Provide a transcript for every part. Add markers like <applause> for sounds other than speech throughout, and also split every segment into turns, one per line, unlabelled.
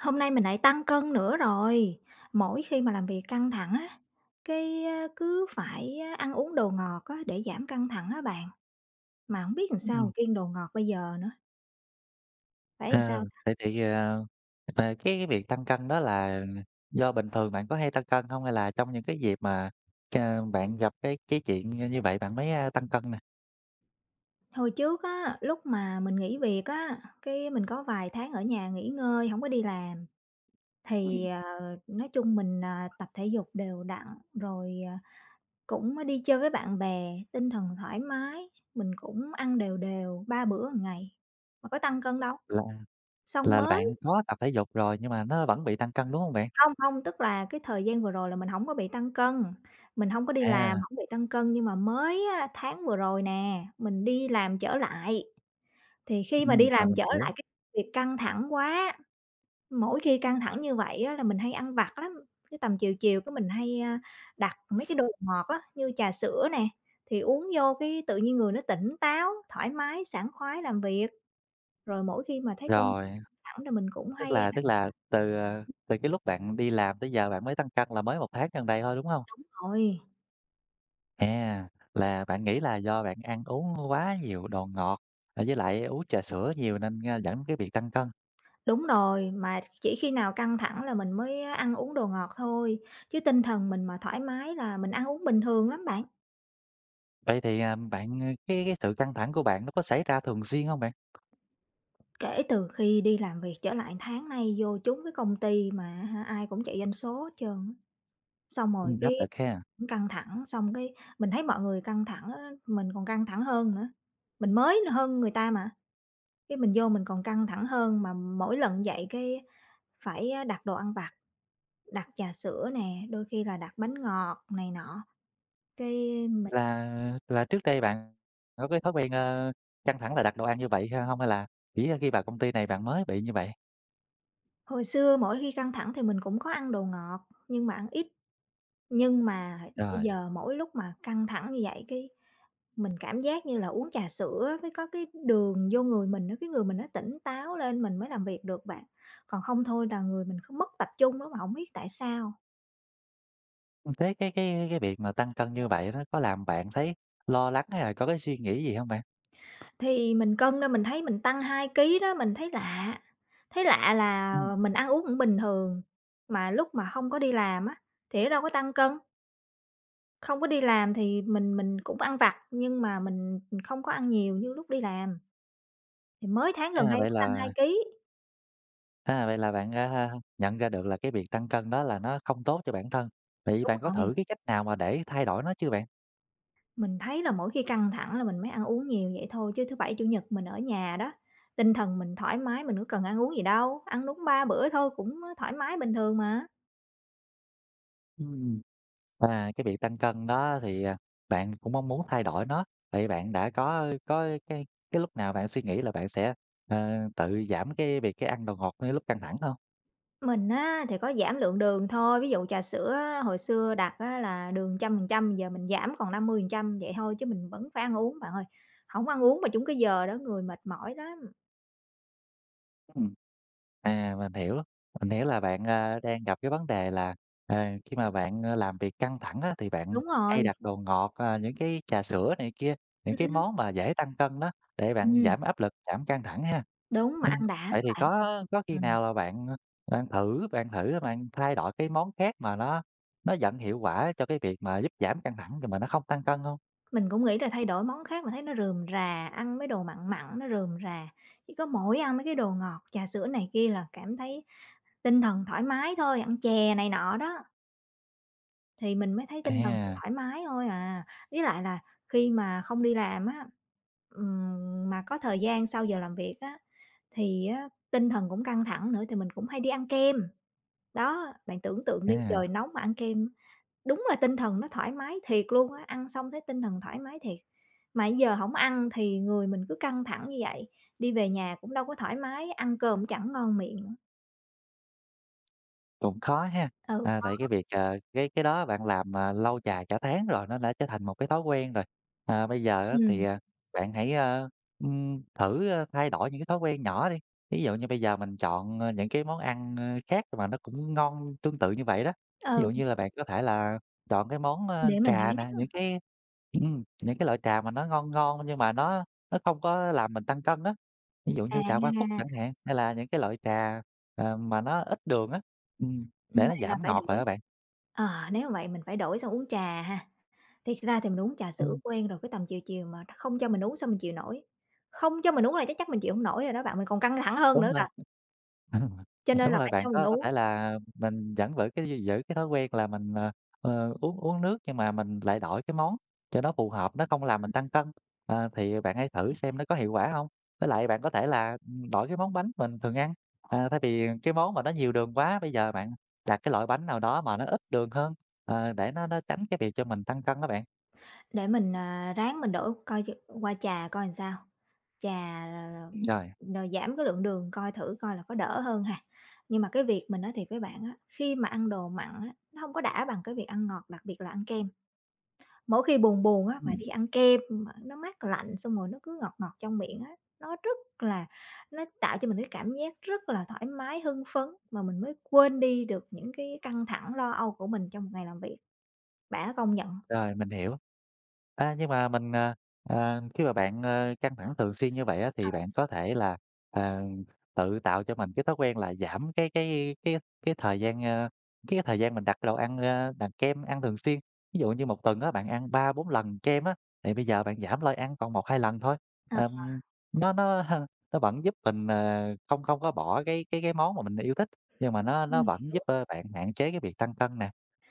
Hôm nay mình lại tăng cân nữa rồi. Mỗi khi mà làm việc căng thẳng á, cái, cứ phải ăn uống đồ ngọt á để giảm căng thẳng á bạn, mà không biết làm sao
Ừm,
kiêng đồ ngọt bây giờ nữa, phải làm sao?
Vậy thì, à, về cái việc tăng cân đó là do bình thường bạn có hay tăng cân không? Hay là trong những cái dịp mà ca bạn gặp cái chuyện như như vậy bạn mới, tăng cân nè?
Hồi trước á, lúc mà mình nghỉ việc á, cái mình có vài tháng ở nhà nghỉ ngơi, không có đi làm, thì,
Ừm.
nói chung mình, tập thể dục đều đặn, rồi, cũng đi chơi với bạn bè, tinh thần thoải mái, mình cũng ăn đều đều 3 bữa một ngày, mà có tăng cân đâu.
Là
Xong
là
mới
bạn có tập thể dục rồi nhưng mà nó vẫn bị tăng cân, đúng không bạn?
Không, không, tức là cái thời gian vừa rồi là mình hổng có bị tăng cân, mình hông có đi làm,
À,
hổng bị tăng cân, nhưng mà mới á, tháng vừa rồi nè, mình đi làm trở lại, thì khi mà đi làm
rồi mình
trở
hiểu.
lại cái việc căng thẳng quá, mỗi khi căng thẳng như vậy á, là mình hay ăn vặt lắm, cái tầm chiều chiều cái mình hay, đặt mấy cái đồ ngọt á, như trà sữa nè, thì uống vô cái tự nhiên người nó tỉnh táo, thoải mái, sảng khoái làm việc. Rồi mỗi khi mà thấy công
Rồi,
căng thẳng là mình cũng
tức
hay
là
đặt
tức là từ, từ cái lúc bạn đi làm tới giờ bạn mới tăng cân là mới một tháng gần đây thôi, đúng không?
rồi.
À, là bạn nghĩ là do bạn ăn uống quá nhiều đồ ngọt, à, với lại uống trà sữa nhiều nên, dẫn đến cái việc tăng cân.
Đúng rồi, mà chỉ khi nào căng thẳng là mình mới ăn uống đồ ngọt thôi, chứ tinh thần mình mà thoải mái là mình ăn uống bình thường lắm bạn.
Vậy thì, à, bạn à, cái sự căng thẳng của bạn nó có xảy ra thường xuyên không bạn?
Kể từ khi đi làm việc trở lại tháng nay vô chúng cái công ty mà hả, ai cũng chạy doanh số hết trơn á. Xong rồi cái
Áp lực ha.
cũng căng thẳng, xong cái mình thấy mọi người căng thẳng á, mình còn căng thẳng hơn nữa. Mình mới hơn người ta mà, cái mình vô mình còn căng thẳng hơn mà mỗi lần vậy cái phải đặt đồ ăn vặt, đặt trà sữa nè, đôi khi là đặt bánh ngọt này nọ, cái.
Là là trước đây bạn có cái thói quen, ơ, căng thẳng là đặt đồ ăn như vậy ha hông? Hay là chỉ khi vào công ty này bạn mới bị như vậy?
Hồi xưa mỗi khi căng thẳng thì mình cũng có ăn đồ ngọt, nhưng mà ăn ít, nhưng mà bây
Rồi,
giờ mỗi lúc mà căng thẳng như vậy cái mình cảm giác như là uống trà sữa với có cái đường vô người mình á, cái người mình nó tỉnh táo lên mình mới làm việc được bạn. Còn không thôi là người mình không mất tập trung đó mà không biết tại sao.
thế cái việc mà tăng cân như vậy nó có làm bạn thấy lo lắng hay là có cái suy nghĩ gì không bạn?
Thì mình cân ra mình thấy mình tăng 2 ký đó, mình thấy lạ là
Ừm,
mình ăn uống cũng bình thường, mà lúc mà không có đi làm á, thì nó đâu có tăng cân. Không có đi làm thì mình cũng ăn vặt, nhưng mà mình, không có ăn nhiều như lúc đi làm, thì mới tháng gần
à,
đây
vậy
mới tăng 2
là
ký.
À, vậy là bạn, nhận ra được là cái việc tăng cân đó là nó không tốt cho bản thân. Vậy
Đúng
bạn có
rồi,
thử cái cách nào mà để thay đổi nó chưa bạn?
mình thấy là mỗi khi căng thẳng là mình mới ăn uống nhiều vậy thôi, chứ thứ Bảy, Chủ nhật mình ở nhà đó, tinh thần mình thoải mái, mình có cần ăn uống gì đâu, ăn đúng 3 bữa thôi cũng, thoải mái bình thường mà.
Ừm. À, cái việc tăng cân đó thì, à, bạn cũng mong muốn thay đổi nó, vậy bạn đã có cái lúc nào bạn suy nghĩ là bạn sẽ, ờ, tự giảm cái việc cái ăn đồ ngọt ngay lúc căng thẳng không?
Mình á thì có giảm lượng đường thôi, ví dụ trà sữa á, hồi xưa đặt á là đường 100% giờ mình giảm còn 50% vậy thôi chứ mình vẫn phải ăn uống bạn ơi. Không ăn uống mà trúng cái giờ đó, người mệt mỏi lắm.
Ừm. À, mình hiểu là bạn, đang gặp cái vấn đề là, à, khi mà bạn, làm việc căng thẳng á, thì bạn
Đúng rồi.
hay đặt đồ ngọt, à, những cái trà sữa này kia, những cái
Ừm,
món mà dễ tăng cân đó, để bạn
ừm,
giảm áp lực, giảm căng thẳng ha.
đúng, mà
Ừm,
ăn đã lắm
vậy thì
bạn.
có khi
Ừm,
nào là bạn, ơ, bạn thay đổi cái món khác mà nó dẫn hiệu quả cho cái việc mà giúp giảm căng thẳng nhưng mà nó không tăng cân không?
mình cũng nghĩ là thay đổi món khác mà thấy nó rườm rà, ăn mấy đồ mặn mặn nó rườm rà, chỉ có mỗi ăn mấy cái đồ ngọt, trà sữa này kia là cảm thấy tinh thần thoải mái thôi, ăn chè này nọ đó, thì mình mới thấy tinh thần
À,
thoải mái thôi à. Với lại là khi mà không đi làm á, mà có thời gian sau giờ làm việc á, thì á tinh thần cũng căng thẳng nữa thì mình cũng hay đi ăn kem. Đó, bạn tưởng tượng đi,
à.
trời nóng mà ăn kem. Đúng là tinh thần nó thoải mái thiệt luôn á, ăn xong thấy tinh thần thoải mái thiệt. Mà giờ hổng ăn thì người mình cứ căng thẳng như vậy, đi về nhà cũng đâu có thoải mái, ăn cơm cũng chẳng ngon miệng nữa.
Cũng khó ha.
Ừ,
À, tại cái
đó.
việc, ờ, cái đó bạn làm, à, lâu dài cả tháng rồi, nó đã trở thành một cái thói quen rồi. À, bây giờ á thì,
Ừm,
à, bạn hãy, thử, thay đổi những cái thói quen nhỏ đi. Ví dụ như bây giờ mình chọn, ơ, những cái món ăn, ơ, khác mà nó cũng ngon tương tự như vậy đó. Ví
ừ,
dụ như là bạn có thể là chọn cái món, ơ,
để mình
trà nè,
đoán.
những cái loại trà mà nó ngon ngon nhưng mà nó không có làm mình tăng cân á. Ví dụ như trà hoa cúc
à,
chẳng hạn, hay là những cái loại trà, ờ, mà nó ít đường á. Ừm, để nó
Vậy là
giảm
phải
ngọt lại
đổi,
á bạn.
nếu vậy mình phải đổi sang uống trà ha. Thiệt ra thì mình uống trà sữa
Ừm,
quen rồi, cái tầm chiều chiều mà không cho mình uống sao mình chịu nổi, không cho mình uống là chắc chắn mình chịu hông nổi rồi đó bạn, mình còn căng thẳng hơn
đúng
nữa kìa,
rồi. <laughs>
cho
<unintelligible>
nên
Đúng
là
rồi,
phải cho
bạn
mình
có
uống.
thể là mình vẫn giữ cái thói quen là mình, uống uống nước nhưng mà mình lại đổi cái món cho nó phù hợp, nó không làm mình tăng cân. Ờ, thì bạn hãy thử xem nó có hiệu quả hông? Với lại bạn có thể là, đổi cái món bánh mình thường ăn, à, thay vì cái món mà nó nhiều đường quá, bây giờ bạn đặt cái loại bánh nào đó mà nó ít đường hơn, ờ, để nó tránh cái việc cho mình tăng cân á bạn.
Để mình, ráng mình đổi coi qua trà coi làm sao, trà à,
Rồi,
rồi giảm cái lượng đường coi thử coi là có đỡ hơn ha. Nhưng mà cái việc mình nói thiệt với bạn á, khi mà ăn đồ mặn á, nó không có đã bằng cái việc ăn ngọt, đặc biệt là ăn kem. Mỗi khi buồn buồn á, mà
ừm.
đi ăn kem mà nó mát lạnh xong rồi nó cứ ngọt ngọt trong miệng á, nó rất là nó tạo cho mình cái cảm giác rất là thoải mái, hưng phấn mà mình mới quên đi được những cái căng thẳng, lo âu của mình trong một ngày làm việc. Bạn có công nhận hông?
Rồi, mình hiểu. Nhưng mà mình, à, khi mà bạn, ờ, căng thẳng thường xuyên như vậy á, thì bạn có thể là, ờ, tự tạo cho mình cái thói quen là giảm cái thời gian, cái thời gian mình đặt đồ ăn, ơ, đặt kem ăn thường xuyên. Ví dụ như một tuần á, bạn ăn 3 4 lần kem á, thì bây giờ bạn giảm lại ăn còn 1 2 lần thôi.
Ờ.
Ờm, nó <laughs> nó vẫn giúp mình, ờ, không không có bỏ cái món mà mình yêu thích, nhưng mà nó
Ừm.
vẫn giúp, ơ, bạn hạn chế cái việc tăng cân nè.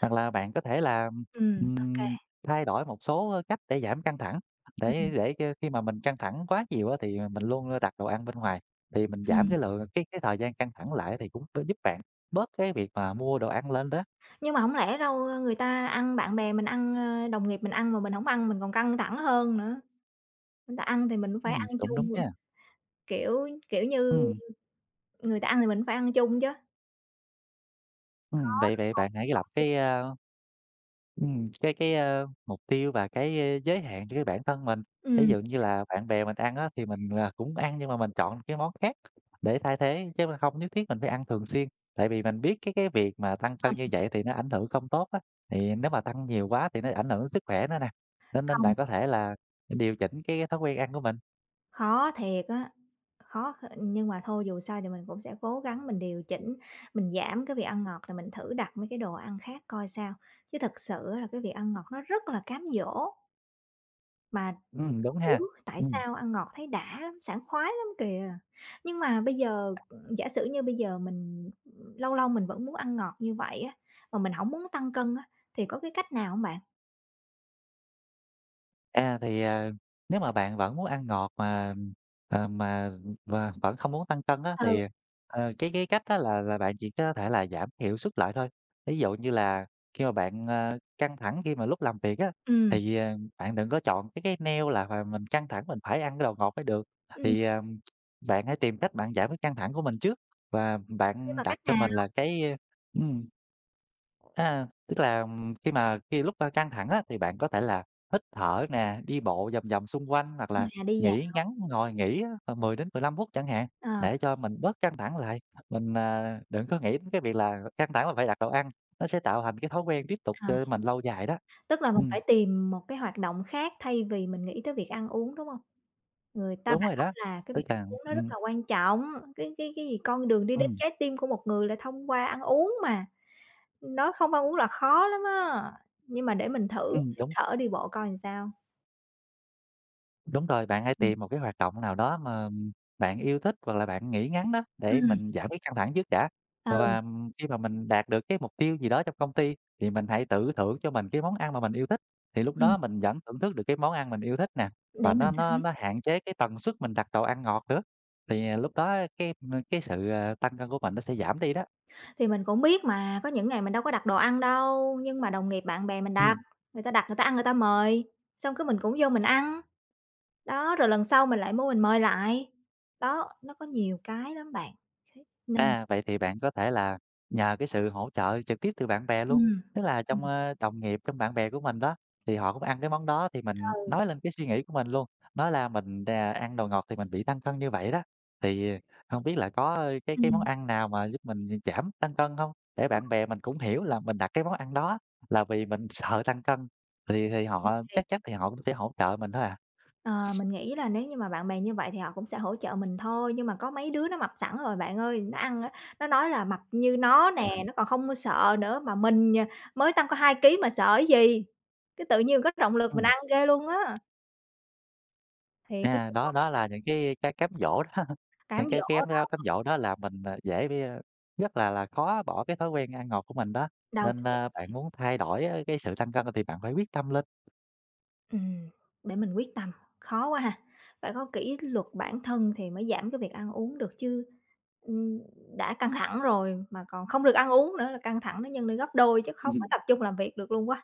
Hoặc là bạn có thể là
Ô kê.
Ừm, thay đổi một số, ơ, cách để giảm căng thẳng, để
Ừm.
để cho khi mà mình căng thẳng quá nhiều á, thì mình luôn, đặt đồ ăn bên ngoài, thì mình giảm cái lượng cái thời gian căng thẳng lại thì cũng sẽ giúp bạn bớt cái việc mà mua đồ ăn lên đó.
Nhưng mà hổng lẽ đâu, người ta ăn, bạn bè mình ăn, đồng nghiệp mình ăn mà mình hổng ăn mình còn căng thẳng hơn nữa, người ta ăn thì mình cũng phải ăn
Cũng đúng
chung,
nha.
kiểu kiểu như,
Ừm,
người ta ăn thì mình cũng phải ăn chung chứ.
ừm, vậy vậy bạn hãy lập cái, a cái cái, ơ, mục tiêu và cái, ơ, giới hạn cho cái bản thân mình. Ví
Ừm,
dụ như là bạn bè mình ăn á, thì mình, à, cũng ăn nhưng mà mình chọn cái món khác để thay thế, chứ mình không nhất thiết mình phải ăn thường xuyên. Tại vì mình biết cái việc mà tăng cân như
phân
vậy thì nó ảnh hưởng không tốt á, thì nếu mà tăng nhiều quá thì nó ảnh hưởng đến sức khỏe nữa nè, nên nên
công,
bạn có thể là điều chỉnh cái thói quen ăn của mình.
khó thiệt á, khó th nhưng mà thôi dù sao thì mình cũng sẽ cố gắng mình điều chỉnh, mình giảm cái việc ăn ngọt rồi mình thử đặt mấy cái đồ ăn khác coi sao. Chứ thực sự á là cái việc ăn ngọt nó rất là cám dỗ, mà
Đúng
hiểu
ha.
tại
Ừm.
sao ăn ngọt thấy đã lắm, sảng khoái lắm kìa. Nhưng mà bây giờ, giả sử như bây giờ mình lâu lâu mình vẫn muốn ăn ngọt như vậy á, mà mình hổng muốn tăng cân á, thì có cái cách nào hông bạn?
À, thì, à, nếu mà bạn vẫn muốn ăn ngọt mà và vẫn không muốn tăng cân á,
Ừ.
thì, ờ, cái cách đó là bạn chỉ có thể là giảm hiệu suất lại thôi. Ví dụ như là khi mà bạn, ờ, căng thẳng khi mà lúc làm việc á,
Ừm.
thì, ờ, bạn đừng có chọn cái neo là phải mình căng thẳng mình phải ăn cái đồ ngọt mới được.
Ừm,
Thì, ờ, bạn hãy tìm cách bạn giảm cái căng thẳng của mình trước và
nhưng
bạn
mà
đặt
cách
cho
nào?
mình là tức là, khi lúc, căng thẳng á, thì bạn có thể là hít thở nè, đi bộ vòng vòng xung quanh hoặc là
À, đi dạo.
nghỉ ngắn, ngồi nghỉ á, ờ, 10 đến 15 phút chẳng hạn,
ờ,
để cho mình bớt căng thẳng lại. Mình, à, đừng có nghĩ đến cái việc là căng thẳng là phải đặt đồ ăn, nó sẽ tạo thành cái thói quen tiếp tục
ờ,
cho mình lâu dài đó.
Tức là mình
Ừm,
phải tìm một cái hoạt động khác thay vì mình nghĩ tới việc ăn uống, đúng hông? Người ta
đúng rồi
bảo
đó,
là cái
tức
việc ăn
là
uống nó rất
ừm,
là quan trọng, cái gì con đường đi đến
ừm,
trái tim của một người là thông qua ăn uống mà. Nói không ăn uống là khó lắm á, nhưng mà để mình thử hít
đúng.
thở, đi bộ coi làm sao.
Đúng rồi, bạn hãy
Ừm.
tìm một cái hoạt động nào đó mà bạn yêu thích hoặc là bạn nghĩ ngắn đó để
Ừm.
mình giảm cái căng thẳng trước đã.
Ừ.
Và khi mà mình đạt được cái mục tiêu gì đó trong công ty thì mình hãy tự thưởng cho mình cái món ăn mà mình yêu thích. Thì lúc
Ừm.
đó mình vẫn thưởng thức được cái món ăn mình yêu thích nè và
để
nó
mình
nó nó hạn chế cái tần suất mình đặt đồ ăn ngọt nữa. Thì à, lúc đó cái sự, ờ, tăng cân của mình nó sẽ giảm đi đó.
Thì mình cũng biết mà, có những ngày mình đâu có đặt đồ ăn đâu, nhưng mà đồng nghiệp bạn bè mình
Ừm.
đặt người ta ăn người ta mời, xong cái mình cũng vô mình ăn, đó, rồi lần sau mình lại mua mình mời lại. Đó, nó có nhiều cái lắm bạn, thế nên
À, vậy thì bạn có thể là nhờ cái sự hỗ trợ trực tiếp từ bạn bè luôn,
ừm.
tức là trong,
Ừm,
ơ, đồng nghiệp, trong bạn bè của mình đó, thì họ cũng ăn cái món đó thì mình nói lên cái suy nghĩ của mình luôn, nói là mình đà ăn đồ ngọt thì mình bị tăng cân như vậy đó. Thì không biết là có ờ, cái món
ừm.
ăn nào mà giúp mình giảm tăng cân không? Để bạn bè mình cũng hiểu là mình đặt cái món ăn đó là vì mình sợ tăng cân, thì họ
mình
chắc chắn thì họ cũng sẽ hỗ trợ mình thôi à.
Ờ, mình nghĩ là nếu như mà bạn bè như vậy thì họ cũng sẽ hỗ trợ mình thôi, nhưng mà có mấy đứa nó mập sẵn rồi bạn ơi, nó ăn á, nó nói là mập như nó nè, nó
<laughs>
còn không có sợ nữa, mà mình, mới tăng có 2 ký mà sợ cái gì. Cái tự nhiên có động lực mình
Ừm.
ăn ghê luôn á, thì cái
À, đó đó là những cái cám dỗ đó, <laughs>
cám
những cái
dỗ
cái cám
đó
cám dỗ đó làm mình, à, dễ bị, rất là khó bỏ cái thói quen ăn ngọt của mình đó,
đâu có
nên,
dễ.
bạn muốn thay đổi á cái sự tăng cân thì bạn phải quyết tâm lên.
ừm, để mình quyết tâm, khó quá ha. Phải có kỷ luật bản thân thì mới giảm cái việc ăn uống được chứ, ừm, đã căng thẳng rồi mà còn không được ăn uống nữa là căng thẳng nó nhân lên gấp đôi chứ không có
Ừ.
tập trung làm việc được luôn quá.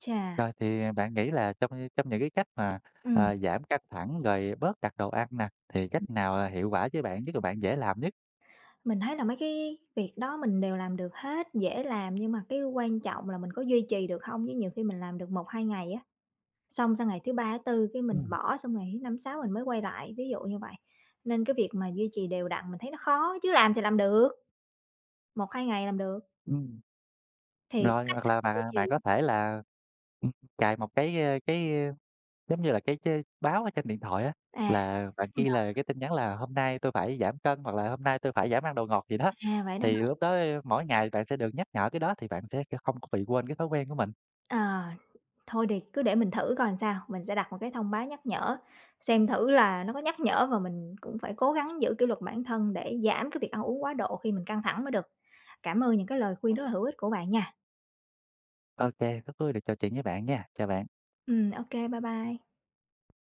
Chà,
Rồi thì bạn nghĩ là trong trong những cái cách mà,
ừm,
à, giảm căng thẳng rồi bớt đặt đồ ăn nè, thì cách nào, à, hiệu quả với bạn, nhất là bạn dễ làm nhất?
mình thấy là mấy cái việc đó mình đều làm được hết, dễ làm nhưng mà cái quan trọng là mình có duy trì được hông, chứ nhiều khi mình làm được một hai ngày á, xong sang ngày thứ 3 thứ tư cái mình
Ừm,
bỏ, xong ngày thứ 5 6 mình mới quay lại, ví dụ như vậy. Nên cái việc mà duy trì đều đặn mình thấy nó khó, chứ làm thì làm được, một hai ngày làm được,
ừm,
thì có
rồi
cách
hoặc
nào
là
để
bạn
duy
à,
trì
bạn
hông?
có thể là, ừm, cài một cái, giống như là cái báo ở trên điện thoại á,
À,
là bạn
nhắc
ghi
nhở,
là cái tin nhắn là "Hôm nay tôi phải giảm cân" hoặc là "Hôm nay tôi phải giảm ăn đồ ngọt" gì đó,
à, vậy đó
thì
ha.
lúc đó mỗi ngày bạn sẽ được nhắc nhở cái đó thì bạn sẽ không có bị quên cái thói quen của mình.
Ờ. Thôi thì cứ để mình thử coi làm sao, mình sẽ đặt một cái thông báo nhắc nhở, xem thử là nó có nhắc nhở và mình cũng phải cố gắng giữ kỷ luật bản thân để giảm cái việc ăn uống quá độ khi mình căng thẳng mới được. Cảm ơn những cái lời khuyên rất là hữu ích của bạn nha.
Ok, kê, rất vui được trò chuyện với bạn nha, chào bạn.
Ô bye bye.